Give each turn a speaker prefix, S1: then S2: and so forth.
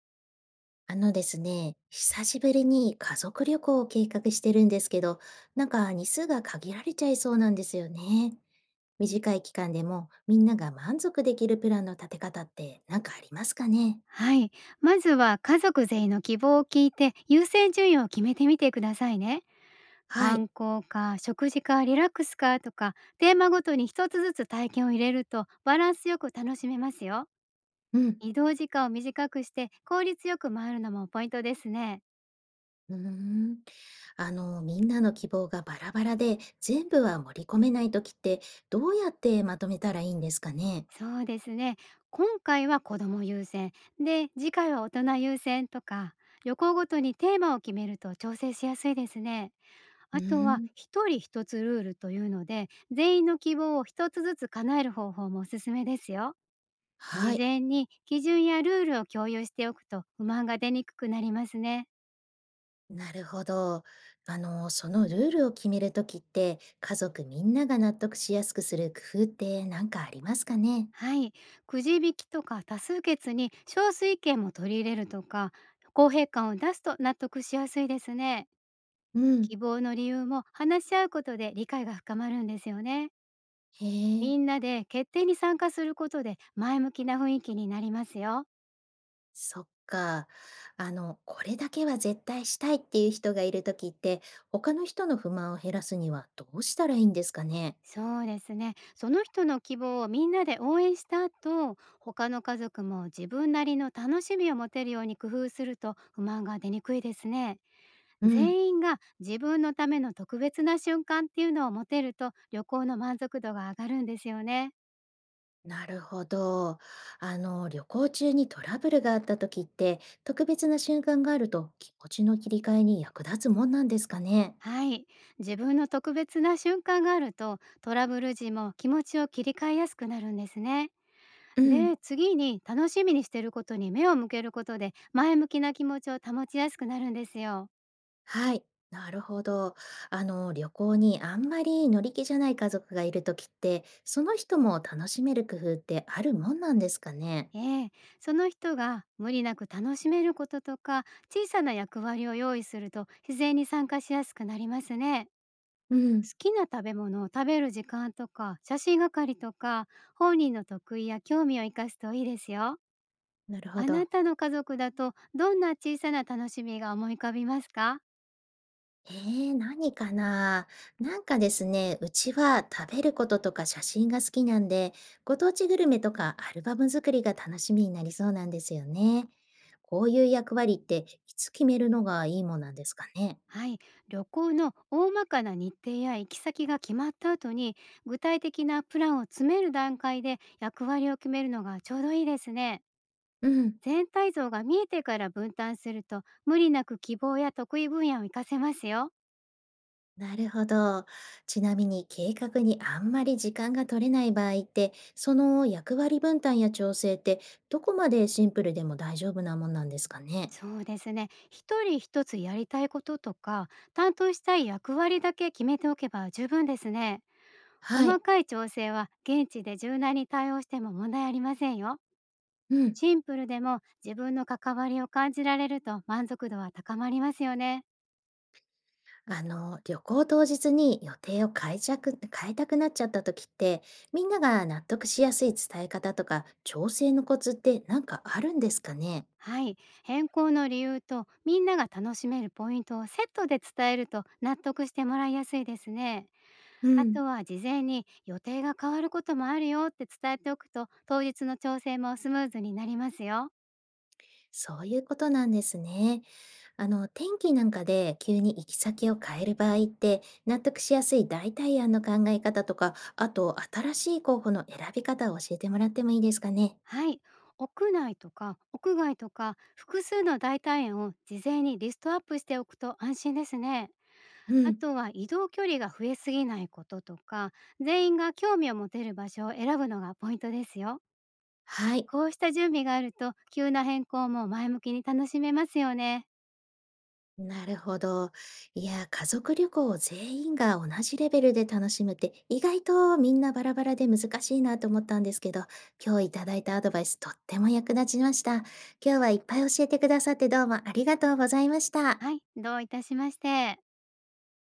S1: あのですね、久しぶりに家族旅行を計画してるんですけど、日数が限られちゃいそうなんですよね。短い期間でもみんなが満足できるプランの立て方って何かありますかね？
S2: はい。まずは家族全員の希望を聞いて優先順位を決めてみてくださいね。
S1: はい。
S2: 観光か食事かリラックスかとか、テーマごとに一つずつ体験を入れるとバランスよく楽しめますよ。
S1: うん。
S2: 移動時間を短くして効率よく回るのもポイントですね。
S1: うーん。みんなの希望がバラバラで全部は盛り込めないときって、どうやってまとめたらいいんですかね？
S2: そうですね。今回は子ども優先で、次回は大人優先とか、旅行ごとにテーマを決めると調整しやすいですね。
S1: う
S2: あ
S1: ー
S2: とは
S1: ん。
S2: 一人一つルールというので、全員の希望を一つずつ叶える方法もおすすめですよ。事
S1: はい。
S2: 前に基準やルールを共有しておくと不満が出にくくなりますね。
S1: なるほど。そのルールを決めるときって、家族みんなが納得しやすくする工夫って何かありますかね？
S2: はい。くじ引きとか多数決に少数意見も取り入れるとか、公平感を出すと納得しやすいですね。
S1: うん。
S2: 希望の理由も話し合うことで理解が深まるんですよね。
S1: へえ、
S2: みんなで決定に参加することで前向きな雰囲気になりますよ。
S1: そっか。これだけは絶対したいっていう人がいるときって、他の人の不満を減らすにはどうしたらいいんですかね？
S2: そうですね。その人の希望をみんなで応援した後、他の家族も自分なりの楽しみを持てるように工夫すると不満が出にくいですね。
S1: うん。
S2: 全員が自分のための特別な瞬間っていうのを持てると旅行の満足度が上がるんですよね。
S1: なるほど。旅行中にトラブルがあったときって、特別な瞬間があると気持ちの切り替えに役立つもんなんですかね？
S2: はい。自分の特別な瞬間があるとトラブル時も気持ちを切り替えやすくなるんですね。
S1: うん。
S2: で、次に楽しみにしてることに目を向けることで前向きな気持ちを保ちやすくなるんですよ。
S1: はい、なるほど。旅行にあんまり乗り気じゃない家族がいるときって、その人も楽しめる工夫ってあるもんなんですかね。
S2: ええ、その人が無理なく楽しめることとか、小さな役割を用意すると自然に参加しやすくなりますね。
S1: う
S2: 好
S1: ん、
S2: きな食べ物を食べる時間とか写真係とか、本人の得意や興味を生かすといいですよ。
S1: なるほ
S2: あ
S1: ど。
S2: なたの家族だとどんな小さな楽しみが思い浮かびますか？
S1: えー、何かな。なんかですね、うちは食べることとか写真が好きなんで、ご当地グルメとかアルバム作りが楽しみになりそうなんですよね。こういう役割っていつ決めるのがいいもんなんですかね。
S2: はい、旅行の大まかな日程や行き先が決まった後に、具体的なプランを詰める段階で役割を決めるのがちょうどいいですね。
S1: うん。
S2: 全体像が見えてから分担すると無理なく希望や得意分野を活かせますよ。
S1: なるほど。ちなみに計画にあんまり時間が取れない場合って、その役割分担や調整って、どこまでシンプルでも大丈夫なもんなんですかね？
S2: そうですね、一人一つやりたいこととか、担当したい役割だけ決めておけば十分ですね。
S1: は
S2: 細
S1: い。
S2: かい調整は現地で柔軟に対応しても問題ありませんよ。
S1: うん。
S2: シンプルでも自分の関わりを感じられると満足度は高まりますよね。
S1: 旅行当日に予定を変えちゃく、変えたくなっちゃった時って、みんなが納得しやすい伝え方とか調整のコツってなんかあるんですかね？
S2: はい、変更の理由とみんなが楽しめるポイントをセットで伝えると納得してもらいやすいですね。
S1: う
S2: あ
S1: ん。
S2: とは事前に予定が変わることもあるよって伝えておくと当日の調整もスムーズになりますよ。
S1: そういうことなんですね。天気なんかで急に行き先を変える場合って、納得しやすい代替案の考え方とか、あと新しい候補の選び方を教えてもらってもいいですかね。
S2: はい。屋内とか屋外とか、複数の代替園を事前にリストアップしておくと安心ですね。
S1: う
S2: あ
S1: ん。
S2: とは移動距離が増えすぎないこととか、全員が興味を持てる場所を選ぶのがポイントですよ。
S1: はい。
S2: こうした準備があると急な変更も前向きに楽しめますよね。
S1: なるほど。いや、家族旅行を全員が同じレベルで楽しむって、意外とみんなバラバラで難しいなと思ったんですけど、今日いただいたアドバイスとっても役立ちました。今日はいっぱい教えてくださってどうもありがとうございました。
S2: はい。どういたしまして。